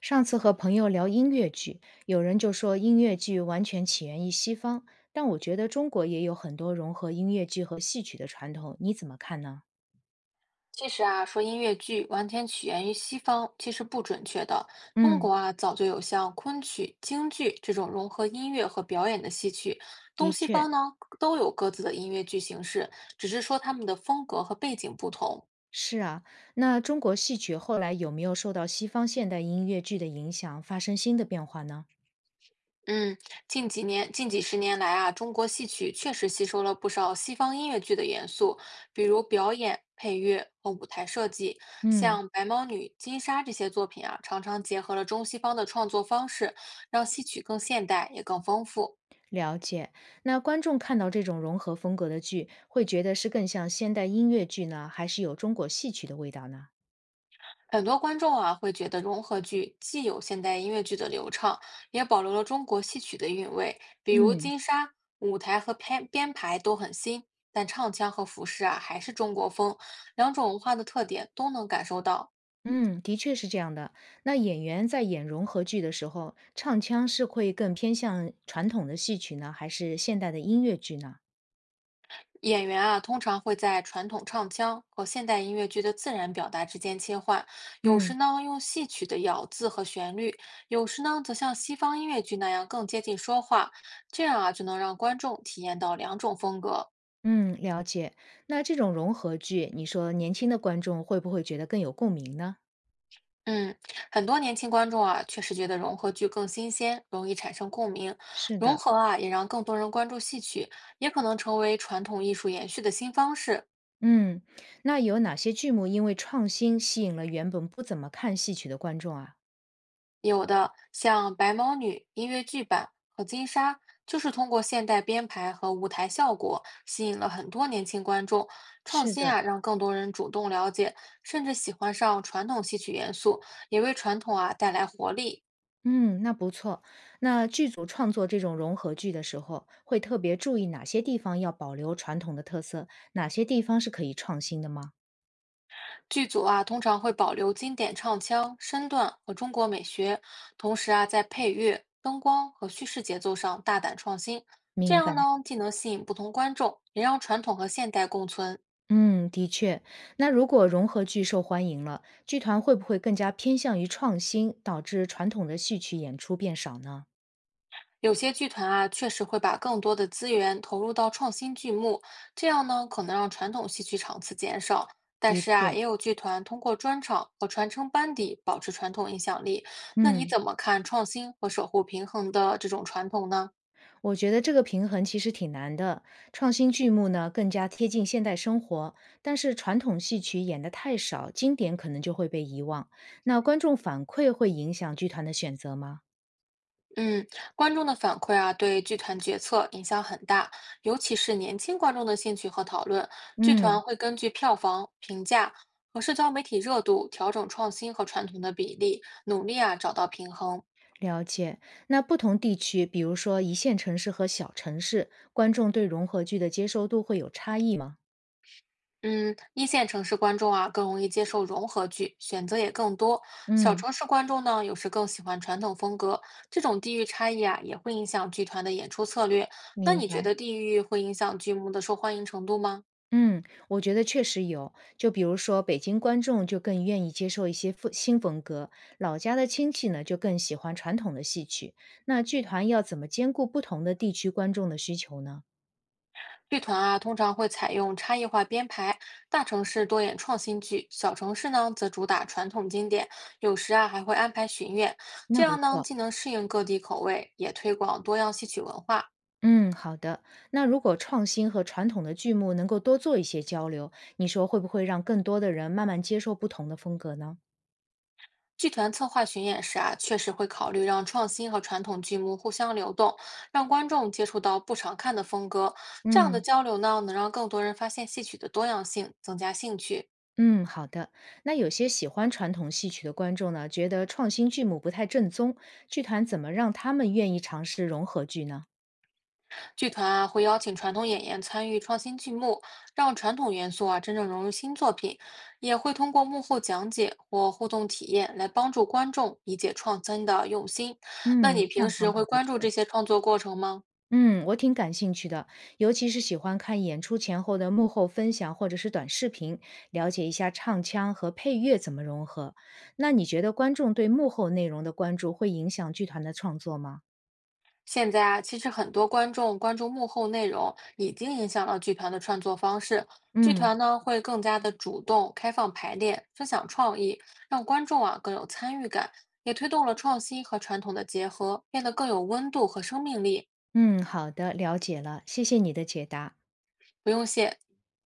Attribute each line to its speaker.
Speaker 1: 上次和朋友聊音乐剧，有人就说音乐剧完全起源于西方，但我觉得中国也有很多融合音乐剧和戏曲的传统，你怎么看呢？
Speaker 2: 其实啊，说音乐剧完全起源于西方，其实不准确的。中
Speaker 1: 嗯，
Speaker 2: 国啊，早就有像昆曲、京剧这种融合音乐和表演的戏曲。东
Speaker 1: 的
Speaker 2: 西方
Speaker 1: 确
Speaker 2: 呢，都有各自的音乐剧形式，只是说他们的风格和背景不同。
Speaker 1: 是啊。那中国戏曲后来有没有受到西方现代音乐剧的影响，发生新的变化呢？
Speaker 2: 嗯，近几年、近几十年来啊，中国戏曲确实吸收了不少西方音乐剧的元素，比如表演、配乐和舞台设计。
Speaker 1: 嗯，
Speaker 2: 像《白毛女》《金莎》这些作品啊，常常结合了中西方的创作方式，让戏曲更现代也更丰富。
Speaker 1: 了解。那观众看到这种融合风格的剧，会觉得是更像现代音乐剧呢，还是有中国戏曲的味道呢？
Speaker 2: 很多观众啊会觉得融合剧既有现代音乐剧的流畅，也保留了中国戏曲的韵味。比如
Speaker 1: 嗯。
Speaker 2: 《金沙》，舞台和编排都很新，但唱腔和服饰啊还是中国风，两种文化的特点都能感受到。
Speaker 1: 嗯，的确是这样的。那演员在演融合剧的时候，唱腔是会更偏向传统的戏曲呢，还是现代的音乐剧呢？
Speaker 2: 演员啊通常会在传统唱腔和现代音乐剧的自然表达之间切换，有时
Speaker 1: 嗯，
Speaker 2: 呢用戏曲的咬字和旋律，有时呢则像西方音乐剧那样更接近说话，这样啊就能让观众体验到两种风格。
Speaker 1: 嗯，了解。那这种融合剧，你说年轻的观众会不会觉得更有共鸣呢？
Speaker 2: 嗯，很多年轻观众啊，确实觉得融合剧更新鲜，容易产生共鸣。
Speaker 1: 是
Speaker 2: 融
Speaker 1: 的，
Speaker 2: 合啊，也让更多人关注戏曲，也可能成为传统艺术延续的新方式。
Speaker 1: 嗯，那有哪些剧目因为创新吸引了原本不怎么看戏曲的观众啊？
Speaker 2: 有的像《白毛女》音乐剧版和《金沙》，就是通过现代编排和舞台效果，吸引了很多年轻观众。创
Speaker 1: 是
Speaker 2: 新
Speaker 1: 的。
Speaker 2: 啊，让更多人主动了解，甚至喜欢上传统戏曲元素，也为传统啊带来活力。
Speaker 1: 嗯，那不错。那剧组创作这种融合剧的时候，会特别注意哪些地方要保留传统的特色，哪些地方是可以创新的吗？
Speaker 2: 剧组啊，通常会保留经典唱腔、身段和中国美学，同时啊，在配乐、灯光和叙事节奏上大胆创新。这
Speaker 1: 明白。
Speaker 2: 样呢，既能吸引不同观众，也让传统和现代共存。
Speaker 1: 嗯，的确。那如果融合剧受欢迎了，剧团会不会更加偏向于创新，导致传统的戏曲演出变少呢？
Speaker 2: 有些剧团啊，确实会把更多的资源投入到创新剧目，这样呢，可能让传统戏曲场次减少。但
Speaker 1: 的
Speaker 2: 是啊，
Speaker 1: 确，
Speaker 2: 也有剧团通过专场和传承班底保持传统影响力。那你
Speaker 1: 嗯，
Speaker 2: 怎么看创新和守护平衡的这种传统呢？
Speaker 1: 我觉得这个平衡其实挺难的。创新剧目呢更加贴近现代生活，但是传统戏曲演得太少，经典可能就会被遗忘。那观众反馈会影响剧团的选择吗？
Speaker 2: 嗯，观众的反馈啊，对剧团决策影响很大，尤其是年轻观众的兴趣和讨论。剧团
Speaker 1: 嗯，
Speaker 2: 会根据票房、评价和社交媒体热度调整创新和传统的比例，努力啊找到平衡。
Speaker 1: 了解。那不同地区，比如说一线城市和小城市，观众对融合剧的接受度会有差异吗？
Speaker 2: 嗯，一线城市观众啊更容易接受融合剧，选择也更多。小
Speaker 1: 嗯，
Speaker 2: 城市观众呢，有时更喜欢传统风格。这种地域差异啊，也会影响剧团的演出策略。那
Speaker 1: 明
Speaker 2: 你觉
Speaker 1: 白。
Speaker 2: 得地域会影响剧目的受欢迎程度吗？
Speaker 1: 嗯，我觉得确实有。就比如说，北京观众就更愿意接受一些风新风格，老家的亲戚呢就更喜欢传统的戏曲。那剧团要怎么兼顾不同的地区观众的需求呢？
Speaker 2: 剧团啊，通常会采用差异化编排，大城市多演创新剧，小城市呢则主打传统经典，有时啊还会安排巡演，这
Speaker 1: 那不
Speaker 2: 样呢
Speaker 1: 错。
Speaker 2: 既能适应各地口味，也推广多样戏曲文化。
Speaker 1: 嗯，好的。那如果创新和传统的剧目能够多做一些交流，你说会不会让更多的人慢慢接受不同的风格呢？
Speaker 2: 剧团策划巡演时啊，确实会考虑让创新和传统剧目互相流动，让观众接触到不常看的风格。这样的
Speaker 1: 嗯，
Speaker 2: 交流呢，能让更多人发现戏曲的多样性，增加兴趣。
Speaker 1: 嗯，好的。那有些喜欢传统戏曲的观众呢，觉得创新剧目不太正宗，剧团怎么让他们愿意尝试融合剧呢？
Speaker 2: 剧团啊会邀请传统演员参与创新剧目，让传统元素啊真正融入新作品，也会通过幕后讲解或互动体验来帮助观众理解创新的用心。那
Speaker 1: 嗯，
Speaker 2: 你
Speaker 1: 这
Speaker 2: 平
Speaker 1: 样
Speaker 2: 时
Speaker 1: 方法
Speaker 2: 会
Speaker 1: 不
Speaker 2: 关注这
Speaker 1: 错。
Speaker 2: 些创作过程吗？
Speaker 1: 嗯，我挺感兴趣的，尤其是喜欢看演出前后的幕后分享或者是短视频，了解一下唱腔和配乐怎么融合。那你觉得观众对幕后内容的关注会影响剧团的创作吗？
Speaker 2: 现在啊，其实很多观众关注幕后内容，已经影响了剧团的创作方式。剧
Speaker 1: 嗯
Speaker 2: 团呢会更加的主动、开放排练，分享创意，让观众啊更有参与感，也推动了创新和传统的结合，变得更有温度和生命力。
Speaker 1: 嗯，好的，了解了，谢谢你的解答。
Speaker 2: 不用谢。